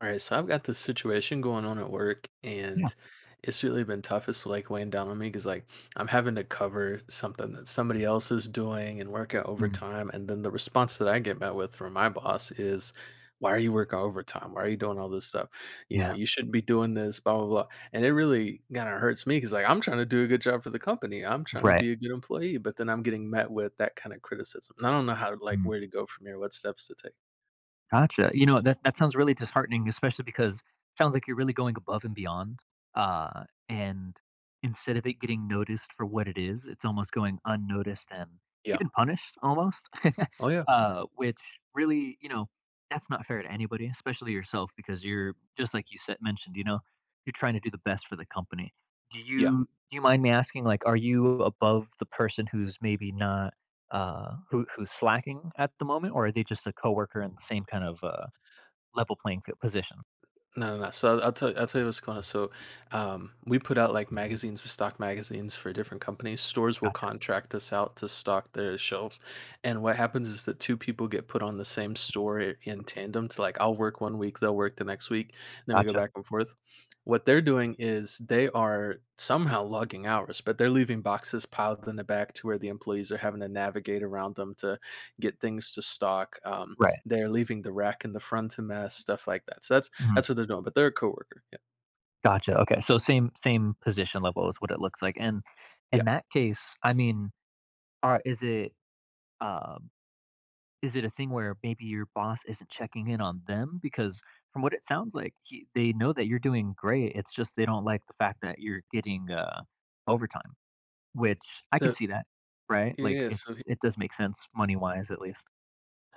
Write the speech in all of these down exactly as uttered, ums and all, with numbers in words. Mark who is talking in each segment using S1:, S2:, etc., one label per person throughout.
S1: All right, so I've got this situation going on at work,
S2: Yeah.
S1: and it's really been tough. It's like weighing down on me because, like, I'm having to cover something that somebody else is doing and work out
S2: Mm,
S1: overtime. And then the response that I get met with from my boss is, why are you working overtime? Why are you doing all this stuff? You know,
S2: yeah.
S1: you shouldn't be doing this, blah, blah, blah. And it really kind of hurts me because, like, I'm trying to do a good job for the company, I'm trying to
S2: Right.
S1: be a good employee, but then I'm getting met with that kind of criticism. And I don't know how to, like,
S2: Mm,
S1: where to go from here, what steps to take.
S2: gotcha. You know, that that sounds really disheartening, especially because it sounds like you're really going above and beyond. Uh, and instead of it getting noticed for what it is, it's almost going unnoticed and
S1: Yeah.
S2: even punished almost.
S1: Oh, yeah.
S2: uh, which really, you know, that's not fair to anybody, especially yourself, because you're just like you said mentioned, you know, you're trying to do the best for the company. Do
S1: Yeah.
S2: you do you mind me asking, like, are you above the person who's maybe not uh, who who's slacking at the moment, or are they just a coworker in the same kind of uh, level playing field position?
S1: No, no, no. So I'll I'll tell I'll tell you what's going on. So, um, we put out like magazines, stock magazines for different companies. Stores will
S2: Gotcha,
S1: contract us out to stock their shelves, and what happens is that two people get put on the same store i- in tandem. To like, I'll work one week, they'll work the next week, and then we go
S2: gotcha.
S1: back and forth. What they're doing is they are somehow logging hours, but they're leaving boxes piled in the back to where the employees are having to navigate around them to get things to stock. Um,
S2: Right.
S1: they're leaving the rack in the front to mess, stuff like that. So that's
S2: Mhm.
S1: that's what they're doing, but they're a coworker, yeah.
S2: Gotcha. Okay. So same same position level is what it looks like, and
S1: Yeah.
S2: in that case, I mean, are is it uh, is it a thing where maybe your boss isn't checking in on them because from what it sounds like, he, they know that you're doing great. It's just they don't like the fact that you're getting uh, overtime, which I can
S1: So
S2: see that, right? Like
S1: yeah, so
S2: it's it does make sense money wise at least.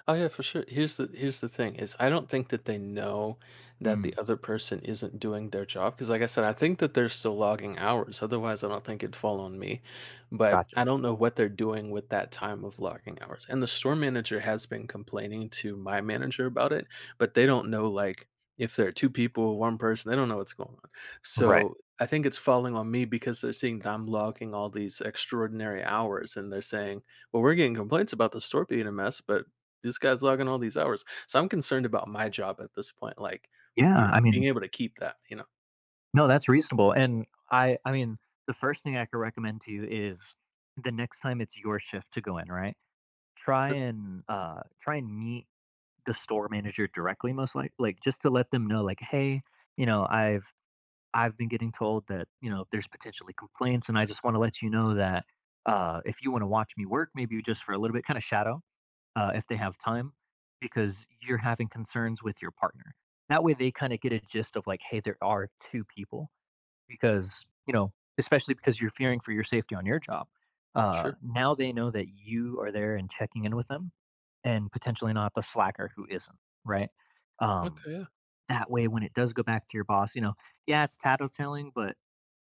S1: oh yeah, for sure. Here's the here's the thing is I don't think that they know that the
S2: Mm,
S1: other person isn't doing their job because like I said, I think that they're still logging hours. Otherwise, I don't think it'd fall on me. But I
S2: gotcha.
S1: don't know what they're doing with that time of logging hours. And the store manager has been complaining to my manager about it, but they don't know like if there are two people, one person, they don't know what's going on.
S2: Right.
S1: So I think it's falling on me because they're seeing that I'm logging all these extraordinary hours and they're saying, well, we're getting complaints about the store being a mess, but this guy's logging all these hours. So I'm concerned about my job at this point, like,
S2: Yeah.
S1: you know,
S2: I
S1: being
S2: mean,
S1: able to keep that, you know?
S2: no, that's reasonable. And I, I mean, the first thing I could recommend to you is the next time it's your shift to go in, right? Try
S1: Sure,
S2: and uh, try and meet the store manager directly, most like, like just to let them know, like, hey, you know, I've I've been getting told that you know there's potentially complaints, and I just want to let you know that uh, if you want to watch me work, maybe just for a little bit, kind of shadow, uh, if they have time, because you're having concerns with your partner. That way, they kind of get a gist of like, hey, there are two people, because, you know, especially because you're fearing for your safety on your job. Uh,
S1: sure.
S2: now they know that you are there and checking in with them and potentially not the slacker who isn't, right? Um,
S1: Okay, yeah,
S2: that way, when it does go back to your boss, you know, yeah, it's tattletaling, but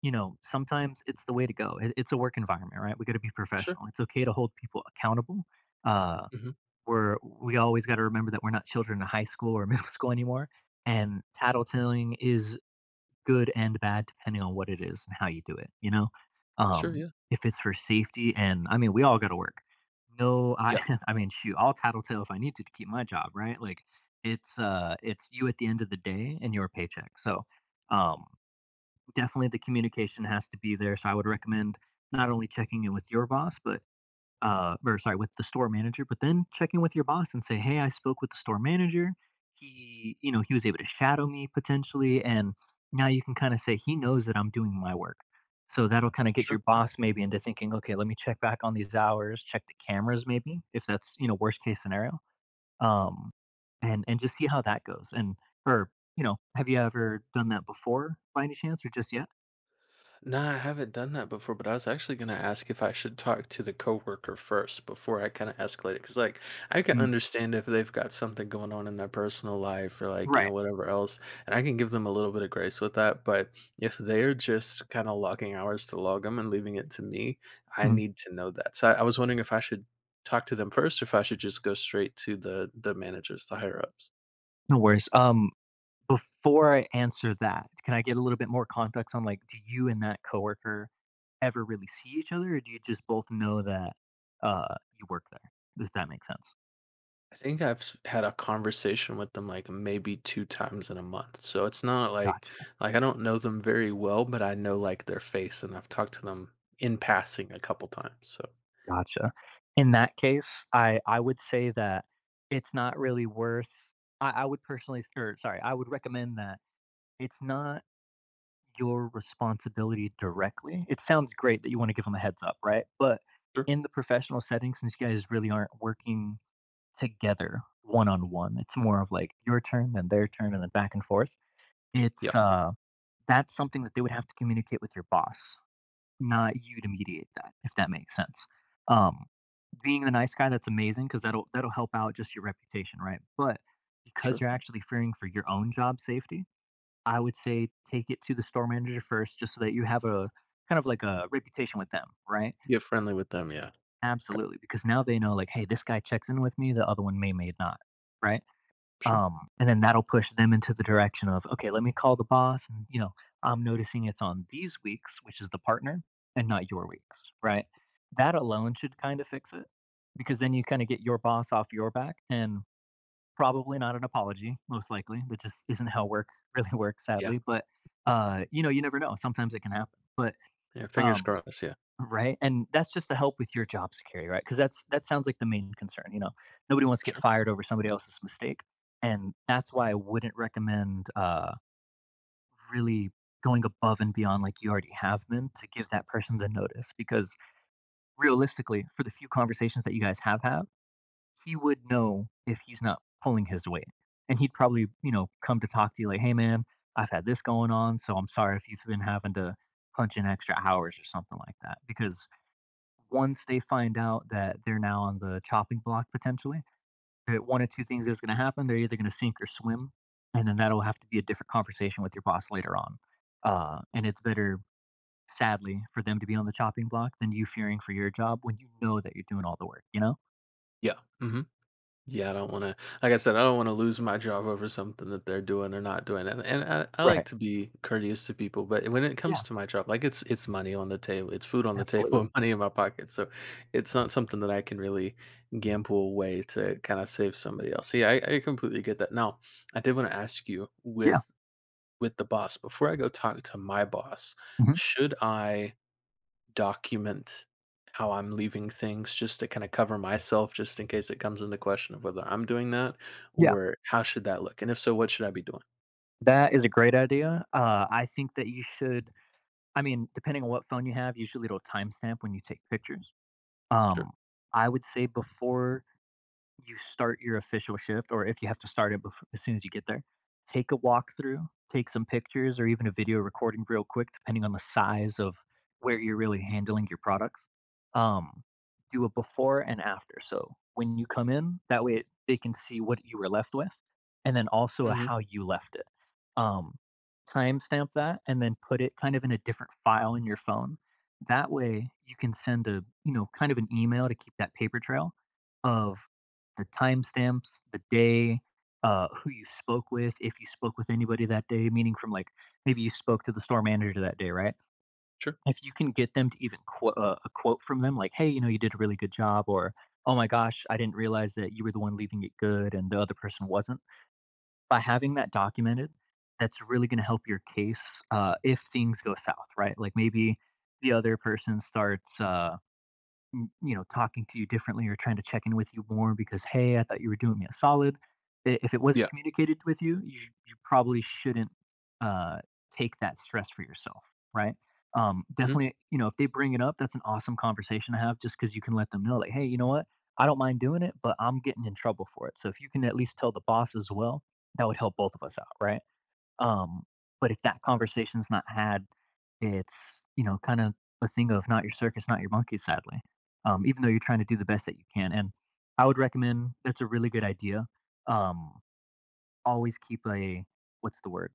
S2: you know, sometimes it's the way to go. It- It's a work environment, right? We got to be
S1: sure.
S2: professional. It's okay to hold people accountable. Uh,
S1: Mhm.
S2: we're we always gotta remember that we're not children in high school or middle school anymore, and tattletelling is good and bad depending on what it is and how you do it, you know?
S1: Sure,
S2: Um,
S1: yeah.
S2: if it's for safety and I mean, we all gotta work. No, I
S1: Yeah,
S2: I mean, shoot, I'll tattletale if I need to to keep my job, right? Like, it's, uh, it's you at the end of the day and your paycheck, so, um, definitely the communication has to be there, so I would recommend not only checking in with your boss, but uh, or sorry, with the store manager, but then check in with your boss and say, "Hey, I spoke with the store manager. He, you know, he was able to shadow me potentially, and now you can kind of say he knows that I'm doing my work." So that'll kind of get your
S1: sure.
S2: boss maybe into thinking, "Okay, let me check back on these hours, check the cameras, maybe if that's you know worst case scenario, um, and and just see how that goes." And or you know, have you ever done that before by any chance, or just yet?
S1: Nah, I haven't done that before, but I was actually gonna ask if I should talk to the coworker first before I kind of escalate it. Cause like I can
S2: Mm,
S1: understand if they've got something going on in their personal life or like, you know,
S2: right.
S1: whatever else, and I can give them a little bit of grace with that. But if they're just kind of logging hours to log them and leaving it to me, I
S2: Mhm.
S1: need to know that. So I, I was wondering if I should talk to them first or if I should just go straight to the the managers, the higher ups.
S2: No worries. Um, Before I answer that, can I get a little bit more context on, like, do you and that coworker ever really see each other, or do you just both know that, uh, you work there? Does that make sense?
S1: I think I've s- had a conversation with them like maybe two times in a month. So it's not like
S2: Gotcha,
S1: like I don't know them very well, but I know like their face and I've talked to them in passing a couple times. So
S2: gotcha. In that case, I I would say that it's not really worth I I would personally or sorry, I would recommend that it's not your responsibility directly. It sounds great that you wanna give give them a heads up, right? But
S1: sure.
S2: in the professional setting, since you guys really aren't working together one on one. It's more of like your turn, then their turn, and then back and forth.
S1: Yeah.
S2: It's uh that's something that they would have to communicate with your boss, not you to mediate that, if that makes sense. Um being the nice guy, that's amazing because that'll that'll help out just your reputation, right? But because
S1: Sure.
S2: you're actually fearing for your own job safety, I would say take it to the store manager first just so that you have a kind of like a reputation with them, right?
S1: Get friendly with them, yeah. Okay.
S2: Absolutely. Because now they know like, hey, this guy checks in with me, the other one may may not. Right.
S1: Sure.
S2: Um, and then that'll push them into the direction of, okay, let me call the boss. And, you know, I'm noticing it's on these weeks, which is the partner, and not your weeks, right? That alone should kind of fix it because then you kind of get your boss off your back and probably not an apology, most likely. That just isn't how work really works,
S1: Yeah.
S2: sadly. But, uh, you know, you never know. Sometimes it can happen. But
S1: Yeah. Fingers
S2: um,
S1: crossed, yeah.
S2: right, and that's just to help with your job security, right? Because that's that sounds like the main concern, you know? Nobody wants to get
S1: Sure.
S2: fired over somebody else's mistake, and that's why I wouldn't recommend, uh, really going above and beyond like you already have been to give that person the notice because realistically, for the few conversations that you guys have had, he would know if he's not pulling his weight, and he'd probably, you know, come to talk to you like, "Hey, man, I've had this going on, so I'm sorry if you've been having to punch in extra hours," or something like that because once they find out that they're now on the chopping block potentially, eh, one of two things is gonna happen, they're either gonna sink or swim, and then that'll have to be a different conversation with your boss later on. Uh, and it's better, sadly, for them to be on the chopping block than you fearing for your job when you know that you're doing all the work, you know?
S1: Yeah. Hmm. Yeah, I don't wanna like I said, I don't wanna lose my job over something that they're doing or not doing, and and I I like
S2: Right.
S1: to be courteous to people, but when it
S2: Yeah,
S1: comes to my job, like, it's it's money on the table, it's food on the table
S2: absolutely.
S1: and money in my pocket, so it's not something that I can really gamble away to kinda save somebody else. So, yeah, I I completely get that. Now, I did wanna ask you
S2: Yeah,
S1: with with the boss, before I go talk to my boss,
S2: mhm,
S1: should I document how I'm leaving things just to kinda cover myself just in case it comes into question of whether I'm doing that
S2: yeah,
S1: or how should that look? And if so, what should I be doing?
S2: that is a great idea. Uh, I think that you should I mean, depending on what phone you have, usually it'll timestamp when you take pictures.
S1: Sure.
S2: Um, I would say before you start your official shift or if you have to start it bef- as soon as you get there take a walkthrough, take some pictures or even a video recording real quick depending on the size of where you're really handling your products um, do a before and after so when you come in that way they can see what you were left with and then also a
S1: Mhm.
S2: how you left it um, timestamp that and then put it kind of in a different file in your phone that way you can send a you know kind of an email to keep that paper trail of the timestamps, the day, uh, who you spoke with, if you spoke with anybody that day, meaning from like maybe you spoke to the store manager that day, right?
S1: Sure.
S2: If you can get them to even quote uh, a quote from them, like, "Hey, you know, you did a really good job," or "Oh my gosh, I didn't realize that you were the one leaving it good and the other person wasn't." By having that documented, that's really going to help your case uh, if things go south, right? Like maybe the other person starts. Uh, m- you know talking to you differently or trying to check in with you more because hey I thought you were doing me a solid I- if it wasn't
S1: Yeah.
S2: communicated with you you, you probably shouldn't uh, take that stress for yourself right um,
S1: Mhm.
S2: definitely you know if they bring it up that's an awesome conversation to have just because you can let them know like hey you know what I don't mind doing it but I'm getting in trouble for it so if you can at least tell the boss as well that would help both of us out right um, but if that conversation's not had, it's, you know, kind of a thing of not your circus, not your monkey, sadly. Um, even though you're trying to do the best that you can. And I would recommend that's a really good idea. Um, always keep a what's the word?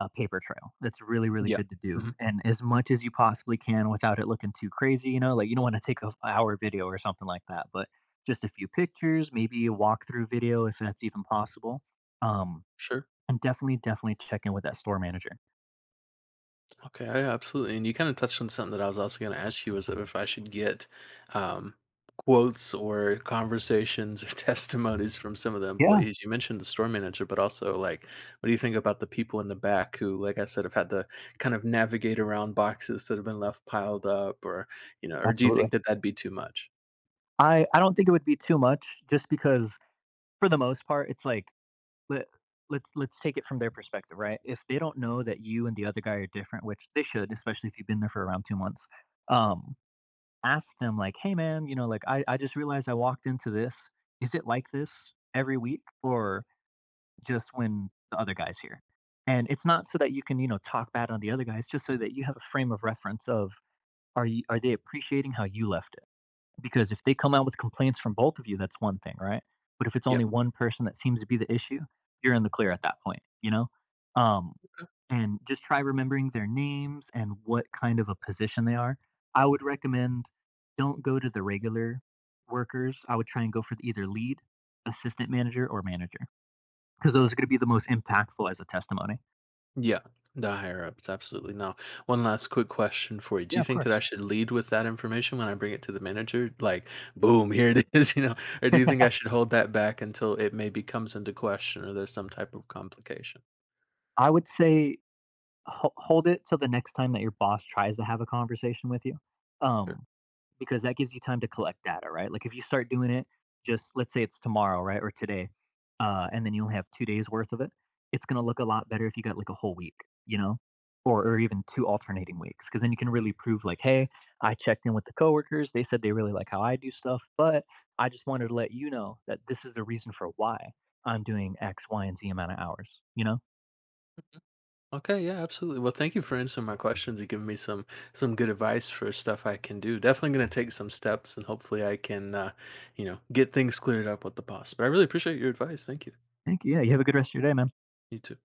S2: A paper trail. That's really, really
S1: Yeah.
S2: good to do.
S1: Mhm.
S2: And as much as you possibly can without it looking too crazy, you know, like you don't want to take a hour video or something like that, but just a few pictures, maybe a walkthrough video if that's even possible. Um,
S1: Sure.
S2: and definitely, definitely check in with that store manager.
S1: Okay, I absolutely. And you kind of touched on something that I was also going to ask you was if I should get um, quotes or conversations or testimonies from some of the
S2: Yeah,
S1: employees. You mentioned the store manager, but also like, what do you think about the people in the back who, like I said, have had to kind of navigate around boxes that have been left piled up, or you know, or do you think
S2: absolutely.
S1: that that'd be too much?
S2: I I don't think it would be too much just because for the most part, it's like let let's let's take it from their perspective, right? If they don't know that you and the other guy are different, which they should, especially if you've been there for around two months, um, ask them like, "Hey man, you know, like I I just realized I walked into this. Is it like this every week or just when the other guy's here?" And it's not so that you can, you know, talk bad on the other guy. It's just so that you have a frame of reference of are you are they appreciating how you left it? Because if they come out with complaints from both of you, that's one thing, right? But if it's
S1: Yeah.
S2: only one person that seems to be the issue, you're in the clear at that point, you know? Um, and just try remembering their names and what kind of a position they are. I would recommend don't go to the regular workers. I would try and go for either lead, assistant manager, or manager, because those are going to be the most impactful as a testimony.
S1: Yeah, the higher ups, absolutely. Now, one last quick question for you. Do
S2: Yeah,
S1: you
S2: of
S1: think that I
S2: course.
S1: should lead with that information when I bring it to the manager? Like, boom, here it is, you know? Or do you think I should hold that back until it maybe comes into question or there's some type of complication?
S2: I would say ho- hold it till the next time that your boss tries to have a conversation with you.
S1: Sure.
S2: Um, because that gives you time to collect data, right? Like if you start doing it, just let's say it's tomorrow, right, or today, uh, and then you'll have two days worth of it. It's gonna look a lot better if you got like a whole week, you know, or or even two alternating weeks, because then you can really prove like, hey, I checked in with the coworkers. They said they really like how I do stuff, but I just wanted to let you know that this is the reason for why I'm doing X, Y, and Z amount of hours. You know,
S1: Okay, yeah, absolutely. Well, thank you for answering my questions and giving me some some good advice for stuff I can do. Definitely going to take some steps and hopefully I can uh, you know, get things cleared up with the boss. But I really appreciate your advice. Thank you.
S2: thank you. Yeah, you have a good rest of your day, man.
S1: You too.